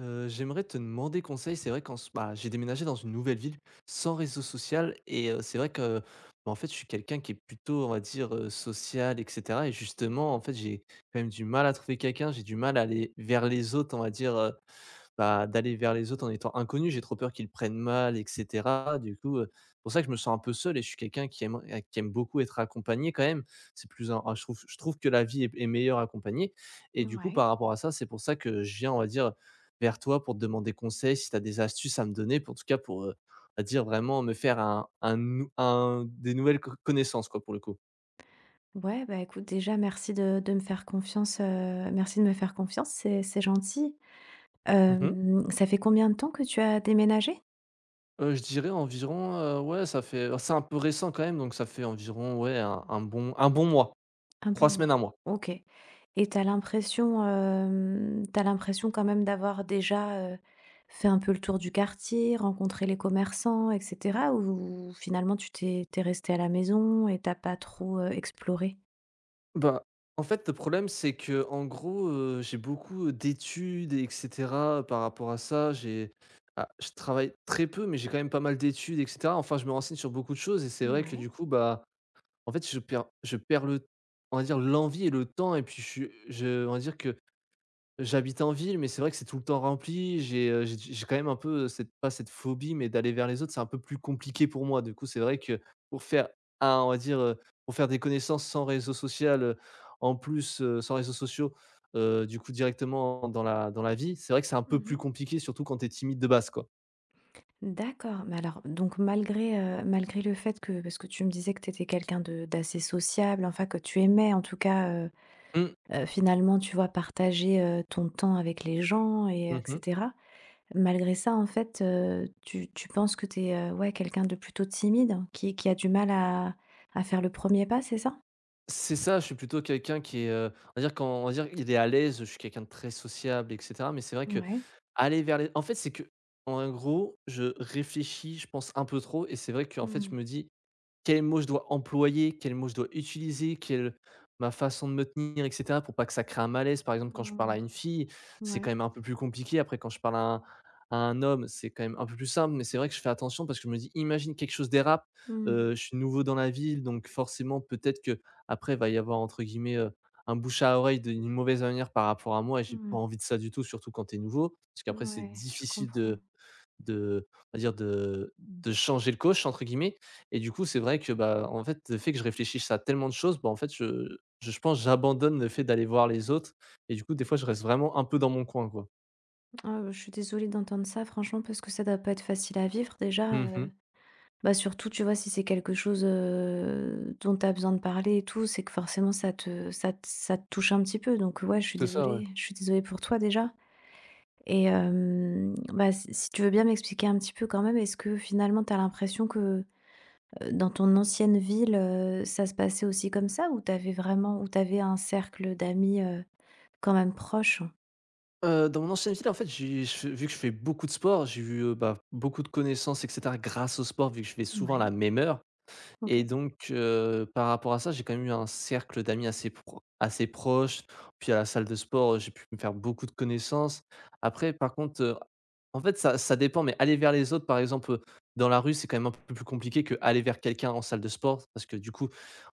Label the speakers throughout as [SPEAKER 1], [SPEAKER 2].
[SPEAKER 1] J'aimerais te demander conseil. C'est vrai j'ai déménagé dans une nouvelle ville sans réseau social et c'est vrai que, bah, en fait, je suis quelqu'un qui est plutôt, on va dire, social et cetera et justement, en fait, j'ai quand même du mal à trouver quelqu'un. J'ai du mal à aller vers les autres, on va dire, bah, d'aller vers les autres en étant inconnu. J'ai trop peur qu'ils le prennent mal et cetera. Du coup, c'est pour ça que je me sens un peu seul et je suis quelqu'un qui aime beaucoup être accompagné quand même. C'est plus un je trouve que la vie est meilleure accompagnée et du coup, par
[SPEAKER 2] Ouais.
[SPEAKER 1] rapport à ça, c'est pour ça que je viens, on va dire, vers toi pour te demander conseil, si tu as des astuces à me donner, pour en tout cas pour, on dire vraiment me faire un nou un des nouvelles co connaissances, quoi, pour le coup.
[SPEAKER 2] Ouais, bah, écoute, déjà, merci de me faire confiance, merci de me faire confiance, c'est gentil.
[SPEAKER 1] Mmh mh.
[SPEAKER 2] Ça fait combien de temps que tu as déménagé?
[SPEAKER 1] Je dirais environ, ouais, ça fait, alors c'est un peu récent quand même, donc ça fait environ, ouais, un bon mois,
[SPEAKER 2] Un
[SPEAKER 1] 3
[SPEAKER 2] bon
[SPEAKER 1] semaines,
[SPEAKER 2] mois.
[SPEAKER 1] un mois.
[SPEAKER 2] OK, et t'as l'impression, tu l'impression quand même d'avoir déjà, fait un peu le tour du quartier, rencontré les commerçants et cetera? Ou finalement tu t'es resté à la maison et t'as pas trop, exploré?
[SPEAKER 1] Bah, en fait, le problème c'est que, en gros, j'ai beaucoup d'études et cetera par rapport à ça. Je travaille très peu, mais j'ai quand même pas mal d'études et cetera. Enfin je me renseigne sur beaucoup de choses et c'est vrai que
[SPEAKER 2] Mouais.
[SPEAKER 1] du coup, bah, en fait, je perds le, on va dire, l'envie et le temps et puis je suis je on va dire que j'habite en ville, mais c'est vrai que c'est tout le temps rempli. J'ai quand même un peu, cette pas cette phobie, mais d'aller vers les autres, c'est un peu plus compliqué pour moi. Du coup, c'est vrai que pour faire un on va dire, pour faire des connaissances sans réseau social, en plus, sans réseaux sociaux, du coup directement dans la vie, c'est vrai que c'est un peu plus
[SPEAKER 2] Mmh.
[SPEAKER 1] compliqué, surtout quand tu es timide de base, quoi.
[SPEAKER 2] D'accord, mais alors donc malgré, malgré le fait que parce que tu me disais que tu étais quelqu'un de d'assez sociable, enfin que tu aimais en tout cas,
[SPEAKER 1] Mmh.
[SPEAKER 2] finalement, tu vois, partager, ton temps avec les gens et
[SPEAKER 1] Mmh.
[SPEAKER 2] malgré ça, en fait, tu penses que tu es, ouais, quelqu'un de plutôt timide, hein, qui a du mal à faire le premier pas, c'est ça?
[SPEAKER 1] C'est ça, je suis plutôt quelqu'un qui est, on va dire, quand on va dire, il est à l'aise, je suis quelqu'un de très sociable et cetera, mais c'est vrai que
[SPEAKER 2] Ouais.
[SPEAKER 1] aller vers les en fait, c'est que, en gros, je réfléchis, je pense un peu trop et c'est vrai qu'en fait, je
[SPEAKER 2] Mmh.
[SPEAKER 1] me dis: quels mots je dois employer, quels mots je dois utiliser, quelle ma façon de me tenir, et cetera, pour pas que ça crée un malaise. Par exemple, quand je parle
[SPEAKER 2] Mmh.
[SPEAKER 1] à une fille, c'est quand
[SPEAKER 2] Ouais.
[SPEAKER 1] même un peu plus compliqué. Après, quand je parle à un homme, c'est quand même un peu plus simple. Mais c'est vrai que je fais attention parce que je me dis, imagine quelque chose dérape.
[SPEAKER 2] Mmh.
[SPEAKER 1] Je suis nouveau dans la ville, donc forcément, peut-être que après va y avoir, entre guillemets, un bouche à oreille d'une mauvaise manière par rapport à moi. Et j'ai pas
[SPEAKER 2] Mmh.
[SPEAKER 1] envie de ça du tout, surtout quand tu es nouveau, parce qu'après c'est
[SPEAKER 2] Ouais, je
[SPEAKER 1] difficile de
[SPEAKER 2] comprends.
[SPEAKER 1] de on va dire de «changer le coach», entre guillemets, et du coup, c'est vrai que, bah, en fait, le fait que je réfléchisse à tellement de choses, bah, en fait, je pense que j'abandonne le fait d'aller voir les autres et du coup, des fois, je reste vraiment un peu dans mon coin, quoi.
[SPEAKER 2] Ah, bah, je suis désolée d'entendre ça franchement parce que ça doit pas être facile à vivre déjà,
[SPEAKER 1] Mmh.
[SPEAKER 2] bah, surtout, tu vois, si c'est quelque chose, dont tu as besoin de parler et tout, c'est que forcément ça te ça te touche un petit peu, donc ouais, je suis
[SPEAKER 1] C'est ça, ouais.
[SPEAKER 2] désolée, je suis désolée pour toi déjà. Et bah, si tu veux bien m'expliquer un petit peu quand même, est-ce que finalement tu as l'impression que, dans ton ancienne ville, ça se passait aussi comme ça? Ou t'avais vraiment, ou t'avais un cercle d'amis, quand même proche?
[SPEAKER 1] Dans mon ancienne ville, en fait, j'ai je fais, vu que je fais beaucoup de sport, j'ai eu, bah, beaucoup de connaissances et cetera grâce au sport, vu que je fais souvent à la
[SPEAKER 2] Ouais,
[SPEAKER 1] même heure. Et
[SPEAKER 2] OK.
[SPEAKER 1] donc, par rapport à ça, j'ai quand même eu un cercle d'amis assez proche. Puis à la salle de sport, j'ai pu me faire beaucoup de connaissances. Après par contre, en fait, ça dépend, mais aller vers les autres par exemple, dans la rue, c'est quand même un peu plus compliqué que aller vers quelqu'un en salle de sport, parce que du coup, en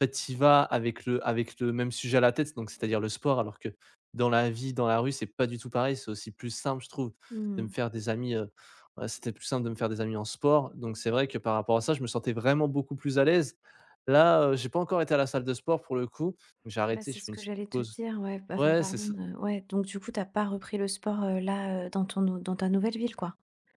[SPEAKER 1] fait, tu y vas avec le même sujet à la tête, donc c'est-à-dire le sport, alors que dans la vie, dans la rue, c'est pas du tout pareil. C'est aussi plus simple, je trouve, de me
[SPEAKER 2] Mmh.
[SPEAKER 1] faire des amis. C'était plus simple de me faire des amis en sport, donc c'est vrai que par rapport à ça, je me sentais vraiment beaucoup plus à l'aise. Là, j'ai pas encore été à la salle de sport, pour le coup. Donc j'ai
[SPEAKER 2] Bah,
[SPEAKER 1] arrêté, j'ai
[SPEAKER 2] c'est
[SPEAKER 1] fait
[SPEAKER 2] ce
[SPEAKER 1] une
[SPEAKER 2] que
[SPEAKER 1] petite
[SPEAKER 2] j'allais te
[SPEAKER 1] pause.
[SPEAKER 2] dire, ouais, bah, enfin
[SPEAKER 1] Ouais, c'est
[SPEAKER 2] pardon,
[SPEAKER 1] ça.
[SPEAKER 2] ouais, donc du coup, t'as pas repris le sport, là, dans ton nou dans ta nouvelle ville, quoi?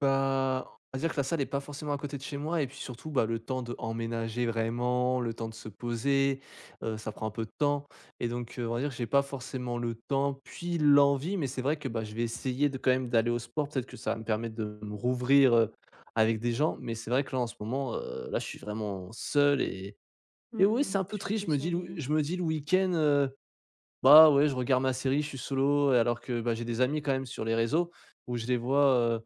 [SPEAKER 1] Bah, on va dire que la salle est pas forcément à côté de chez moi et puis surtout, bah, le temps de emménager vraiment, le temps de se poser, ça prend un peu de temps et donc, on va dire que j'ai pas forcément le temps, puis l'envie, mais c'est vrai que, bah, je vais essayer de quand même d'aller au sport. Peut-être que ça va me permettre de me rouvrir, avec des gens, mais c'est vrai que là, en ce moment, là, je suis vraiment seul et ouais, c'est un
[SPEAKER 2] Mmh,
[SPEAKER 1] peu
[SPEAKER 2] je suis
[SPEAKER 1] triste.
[SPEAKER 2] désolée.
[SPEAKER 1] Je me dis le week-end: «Bah, ouais, je regarde ma série, je suis solo», alors que, bah, j'ai des amis quand même sur les réseaux où je les vois,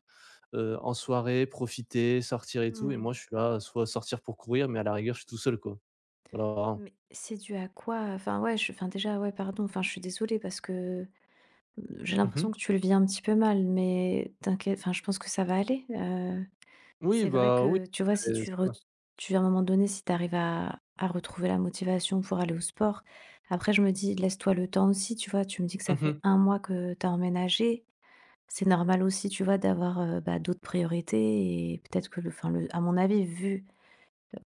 [SPEAKER 1] en soirée, profiter, sortir et tout et
[SPEAKER 2] Mmh.
[SPEAKER 1] moi je suis là, soit sortir pour courir, mais à la rigueur, je suis tout seul, quoi. Voilà, vraiment.
[SPEAKER 2] Mais c'est dû à quoi? Enfin, ouais, je enfin déjà, ouais, pardon, enfin, je suis désolée parce que, heu, j'ai l'impression
[SPEAKER 1] Mmh.
[SPEAKER 2] que tu le vis un petit peu mal, mais t'inquiète, enfin, je pense que ça va aller,
[SPEAKER 1] Oui,
[SPEAKER 2] c'est vrai
[SPEAKER 1] bah, oui,
[SPEAKER 2] que, tu vois, si
[SPEAKER 1] c'est
[SPEAKER 2] tu re
[SPEAKER 1] ça.
[SPEAKER 2] tu à un moment donné, si tu arrives à retrouver la motivation pour aller au sport, après je me dis: «Laisse-toi le temps aussi», tu vois? Tu me dis que ça
[SPEAKER 1] Mmh
[SPEAKER 2] fait
[SPEAKER 1] mh.
[SPEAKER 2] un mois que tu as emménagé. C'est normal aussi, tu vois, d'avoir, bah, d'autres priorités, et peut-être que le enfin, le à mon avis, vu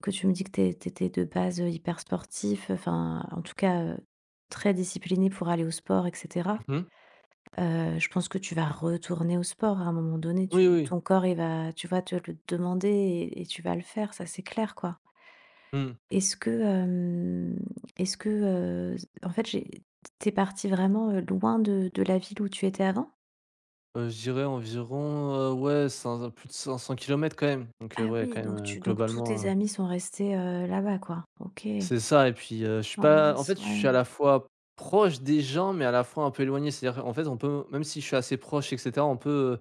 [SPEAKER 2] que tu me dis que tu étais de base, hyper sportif, enfin, en tout cas, très discipliné pour aller au sport et cetera.
[SPEAKER 1] Mmh.
[SPEAKER 2] Je pense que tu vas retourner au sport à un moment donné.
[SPEAKER 1] Oui,
[SPEAKER 2] Tu
[SPEAKER 1] oui,
[SPEAKER 2] ton corps, il va, tu vois, te le demander et tu vas le faire, ça, c'est clair, quoi.
[SPEAKER 1] mmh.
[SPEAKER 2] Est-ce que, est-ce que, heu, en fait, j'ai tu parti vraiment, loin de la ville où tu étais avant?
[SPEAKER 1] Je dirais environ, ouais, cin plus de 500 kilomètres quand même, donc
[SPEAKER 2] Ah
[SPEAKER 1] ouais,
[SPEAKER 2] oui,
[SPEAKER 1] quand même,
[SPEAKER 2] donc tu donc tous
[SPEAKER 1] globalement,
[SPEAKER 2] tes amis sont restés, là-bas, quoi? OK.
[SPEAKER 1] c'est ça et puis, je suis
[SPEAKER 2] Ah
[SPEAKER 1] pas, en
[SPEAKER 2] mince,
[SPEAKER 1] fait, je suis à
[SPEAKER 2] ouais.
[SPEAKER 1] la fois proche des gens, mais à la fois un peu éloigné. C'est-à-dire, en fait, on peut, même si je suis assez proche et cetera, on peut,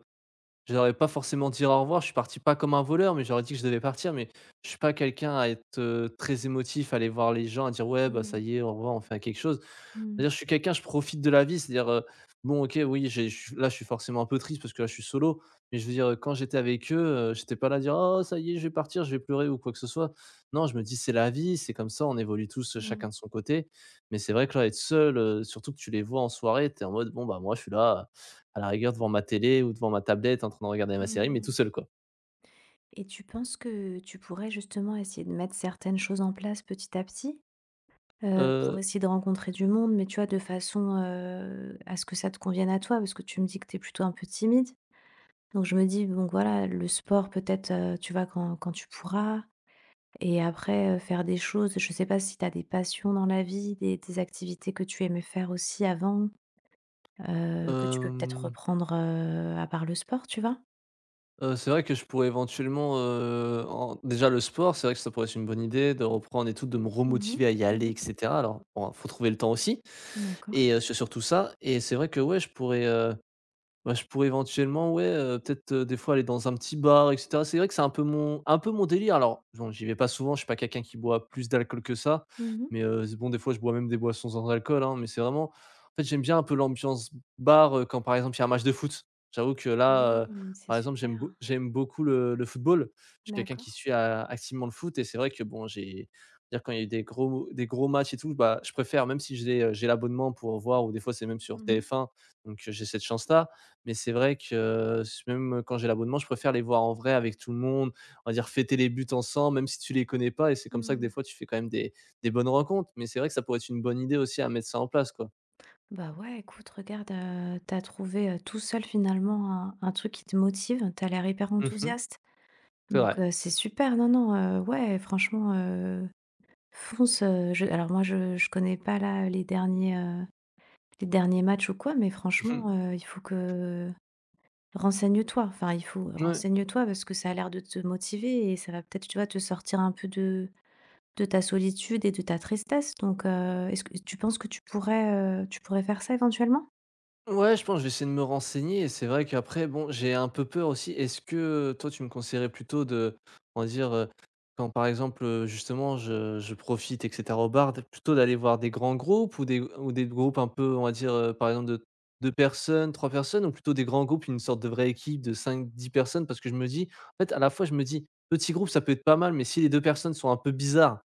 [SPEAKER 1] je n'aurais pas forcément dit au revoir, je suis parti pas comme un voleur, mais j'aurais dit que je devais partir, mais je suis pas quelqu'un à être, très émotif, à aller voir les gens, à dire: «Ouais, bah, ça
[SPEAKER 2] Mmh.
[SPEAKER 1] y est, au revoir, on fait quelque chose».
[SPEAKER 2] Mmh.
[SPEAKER 1] C'est-à-dire, je suis quelqu'un, je profite de la vie, c'est-à-dire, bon, OK, oui, j'ai je suis là, je suis forcément un peu triste parce que là, je suis solo, mais je veux dire, quand j'étais avec eux, j'étais pas là à dire: «Oh ça y est, je vais partir, je vais pleurer» ou quoi que ce soit. Non, je me dis: «C'est la vie, c'est comme ça, on évolue tous,
[SPEAKER 2] Mmh.
[SPEAKER 1] chacun de son côté». Mais c'est vrai que là, être seul, surtout que tu les vois en soirée, t'es en mode: «Bon, bah, moi, je suis là, à la rigueur, devant ma télé ou devant ma tablette en train de regarder ma série, mais tout
[SPEAKER 2] Mmh.
[SPEAKER 1] seul, quoi».
[SPEAKER 2] Et tu penses que tu pourrais justement essayer de mettre certaines choses en place petit à petit? Pour
[SPEAKER 1] Heu,
[SPEAKER 2] essayer de rencontrer du monde, mais tu vois, de façon, à ce que ça te convienne à toi, parce que tu me dis que tu es plutôt un peu timide. Donc je me dis, bon voilà, le sport peut-être, tu vois, quand tu pourras. Et après, faire des choses, je sais pas si tu as des passions dans la vie, des activités que tu aimais faire aussi avant, que tu peux peut-être
[SPEAKER 1] hem
[SPEAKER 2] reprendre, à part le sport, tu vois?
[SPEAKER 1] C'est vrai que je pourrais éventuellement, en déjà le sport, c'est vrai que ça pourrait être une bonne idée de reprendre et tout, de me
[SPEAKER 2] Mmh mh.
[SPEAKER 1] remotiver à y aller
[SPEAKER 2] Mmh.
[SPEAKER 1] et cetera. Alors bon, faut trouver le temps aussi
[SPEAKER 2] D'accord.
[SPEAKER 1] et c'est surtout ça et c'est vrai que, ouais, je pourrais, bah, je pourrais éventuellement, ouais, peut-être, des fois aller dans un petit bar et cetera. C'est vrai que c'est un peu mon délire. Alors, bon, j'y vais pas souvent, je suis pas quelqu'un qui boit plus d'alcool que ça,
[SPEAKER 2] Mmh.
[SPEAKER 1] mais, z bon, des fois, je bois même des boissons sans alcool, hein, mais c'est vraiment, en fait, j'aime bien un peu l'ambiance bar, quand, par exemple, il y a un match de foot. J'avoue que là,
[SPEAKER 2] Oui, c'est
[SPEAKER 1] par exemple, j'aime
[SPEAKER 2] super.
[SPEAKER 1] beau j'aime beaucoup le football. Je suis quelqu'un
[SPEAKER 2] D'accord.
[SPEAKER 1] qui suit a activement le foot et c'est vrai que, bon, j'ai dire quand il y a eu des gros matchs et tout, bah, je préfère, même si j'ai l'abonnement pour voir, ou des fois, c'est même sur
[SPEAKER 2] Mmh
[SPEAKER 1] TF1, donc, j'ai cette chance là. Mais c'est vrai que s même quand j'ai l'abonnement, je préfère les voir en vrai avec tout le monde, on va dire fêter les buts ensemble, même si tu les connais pas, et c'est
[SPEAKER 2] mh.
[SPEAKER 1] comme ça que des
[SPEAKER 2] Mmh.
[SPEAKER 1] fois tu fais quand même des bonnes rencontres. Mais c'est vrai que ça pourrait être une bonne idée aussi à mettre ça en place, quoi.
[SPEAKER 2] Bah, ouais, écoute, regarde, tu trouvé, tout seul finalement un truc qui te motive. T'as l'air hyper
[SPEAKER 1] Mmh.
[SPEAKER 2] enthousiaste,
[SPEAKER 1] C'est
[SPEAKER 2] donc
[SPEAKER 1] vrai.
[SPEAKER 2] c'est super. Non, non, ouais, franchement, euh, fonce, je alors moi je connais pas là les derniers matchs ou quoi, mais
[SPEAKER 1] Mmh.
[SPEAKER 2] franchement, il faut que renseigne-toi. Enfin, il faut
[SPEAKER 1] Ouais.
[SPEAKER 2] renseigne-toi parce que ça a l'air de te motiver et ça va peut-être, tu vois, te sortir un peu de ta solitude et de ta tristesse, donc est-ce que tu penses que tu pourrais faire ça éventuellement?
[SPEAKER 1] Ouais, je pense que je vais essayer de me renseigner et c'est vrai qu'après bon, j'ai un peu peur aussi. Est-ce que toi tu me conseillerais plutôt de on va dire, quand par exemple, justement je profite et cetera au bar, de plutôt d'aller voir des grands groupes ou des groupes un peu on va dire, par exemple de 2 personnes, 3 personnes ou plutôt des grands groupes, une sorte de vraie équipe de cinq, dix personnes? Parce que je me dis en fait à la fois je me dis: «Petit groupe ça peut être pas mal», mais si les 2 personnes sont un peu bizarres,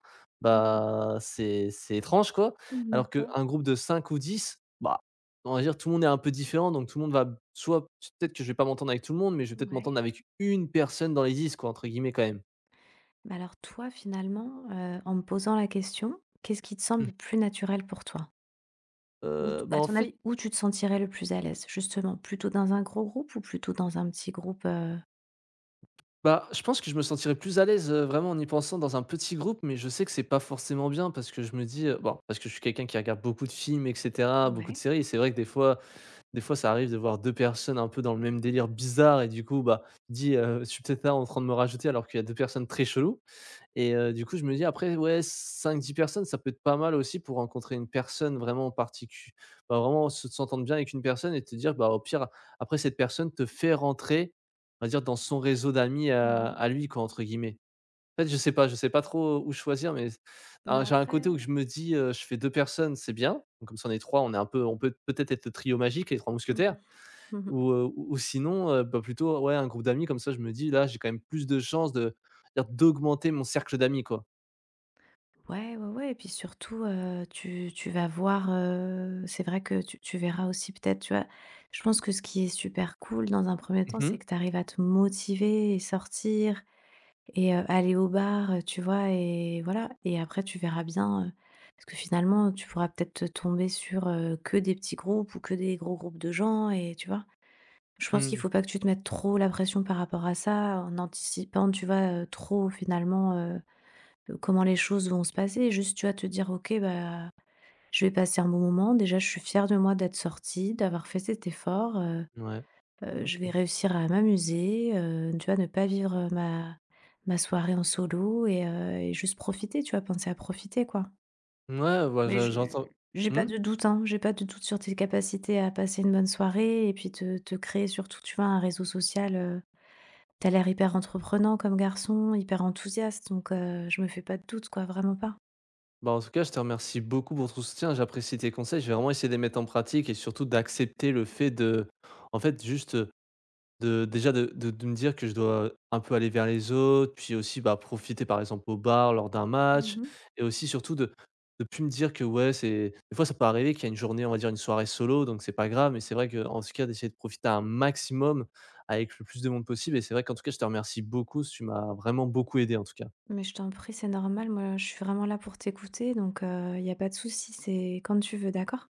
[SPEAKER 2] Mmh.
[SPEAKER 1] bah, c'est étrange quoi.
[SPEAKER 2] Mmh,
[SPEAKER 1] Alors
[SPEAKER 2] d'accord.
[SPEAKER 1] qu'un groupe de 5 ou 10, bah on va dire tout le monde est un peu différent, donc tout le monde va soit peut-être que je vais pas m'entendre avec tout le monde, mais je vais peut-être
[SPEAKER 2] Ouais.
[SPEAKER 1] m'entendre avec une personne dans les 10 quoi, entre guillemets quand même.
[SPEAKER 2] Mais alors toi, finalement, en me posant la question, qu'est-ce qui te
[SPEAKER 1] Mmh.
[SPEAKER 2] semble plus naturel pour toi? Où t
[SPEAKER 1] Bah,
[SPEAKER 2] à
[SPEAKER 1] en
[SPEAKER 2] ton
[SPEAKER 1] fait,
[SPEAKER 2] avis, où tu te sentirais le plus à l'aise justement? Plutôt dans un gros groupe ou plutôt dans un petit groupe,
[SPEAKER 1] bah, je pense que je me sentirais plus à l'aise, vraiment en y pensant dans un petit groupe, mais je sais que c'est pas forcément bien parce que je me dis, bon, parce que je suis quelqu'un qui regarde beaucoup de films et cetera, beaucoup de
[SPEAKER 2] Ouais.
[SPEAKER 1] séries et c'est vrai que des fois ça arrive de voir 2 personnes un peu dans le même délire bizarre et du coup, bah, tu dis, «Je suis peut-être là en train de me rajouter» alors qu'il y a 2 personnes très cheloues. Et du coup, je me dis après, ouais, cinq dix personnes, ça peut être pas mal aussi pour rencontrer une personne vraiment particu bah, vraiment se s'entendre bien avec une personne et te dire, bah, au pire, après cette personne te fait rentrer, on va dire dans son réseau d'amis à
[SPEAKER 2] Mmh.
[SPEAKER 1] lui quoi, entre guillemets. En fait, je sais pas trop où choisir, mais ah,
[SPEAKER 2] Bah,
[SPEAKER 1] j'ai un côté où
[SPEAKER 2] après
[SPEAKER 1] je me dis, je fais 2 personnes, c'est bien, donc comme ça on est 3 on est un peu on peut peut-être être le trio magique, les 3
[SPEAKER 2] mmh
[SPEAKER 1] mousquetaires
[SPEAKER 2] mh. Mmh.
[SPEAKER 1] ou, ou sinon, bah, plutôt, ouais, un groupe d'amis comme ça je me dis: «Là, j'ai quand même plus de chances de dire d'augmenter mon cercle d'amis quoi».
[SPEAKER 2] Ouais, ouais, ouais, et puis surtout, tu vas voir, c'est vrai que tu verras aussi peut-être, tu vois? Je pense que ce qui est super cool dans un premier temps,
[SPEAKER 1] Mmh mh.
[SPEAKER 2] c'est que tu arrives à te motiver et sortir et aller au bar, tu vois? Et voilà, et après tu verras bien, parce que finalement, tu pourras peut-être tomber sur, que des petits groupes ou que des gros groupes de gens, et tu vois? Je pense qu'il
[SPEAKER 1] Mmh.
[SPEAKER 2] faut pas que tu te mettes trop la pression par rapport à ça, en anticipant, tu vois, trop finalement, comment les choses vont se passer. Juste, tu vas te dire: «OK, bah, je vais passer un bon moment. Déjà, je suis fière de moi d'être sortie, d'avoir fait cet effort.
[SPEAKER 1] Ouais,
[SPEAKER 2] Je vais
[SPEAKER 1] OK.
[SPEAKER 2] réussir à m'amuser, tu vois? Ne pas vivre, ma soirée en solo, et juste profiter, tu vois? Penser à profiter, quoi».
[SPEAKER 1] Ouais. Bah,
[SPEAKER 2] Mais
[SPEAKER 1] je j'entends
[SPEAKER 2] j'ai
[SPEAKER 1] mmh?
[SPEAKER 2] pas de doute, hein, j'ai pas de doute sur tes capacités à passer une bonne soirée et puis te créer surtout, tu vois, un réseau social. Tu l'air hyper entreprenant comme garçon, hyper enthousiaste, donc je me fais pas de doute, quoi, vraiment pas.
[SPEAKER 1] Bah, en tout cas, je te remercie beaucoup pour ton soutien. J'apprécie tes conseils. Je vais vraiment essayer de les mettre en pratique et surtout d'accepter le fait de en fait, juste, de déjà de me dire que je dois un peu aller vers les autres, puis aussi, bah, profiter par exemple au bar lors d'un match
[SPEAKER 2] Mmh.
[SPEAKER 1] et aussi surtout de plus me dire que ouais, c'est des fois ça peut arriver qu'il y a une journée, on va dire une soirée solo donc c'est pas grave mais c'est vrai qu'en tout cas d'essayer de profiter un maximum avec le plus de monde possible et c'est vrai qu'en tout cas je te remercie beaucoup, tu m'as vraiment beaucoup aidé en tout cas.
[SPEAKER 2] Mais je t'en prie, c'est normal, moi, je suis vraiment là pour t'écouter, donc il y a pas de souci, c'est quand tu veux, d'accord?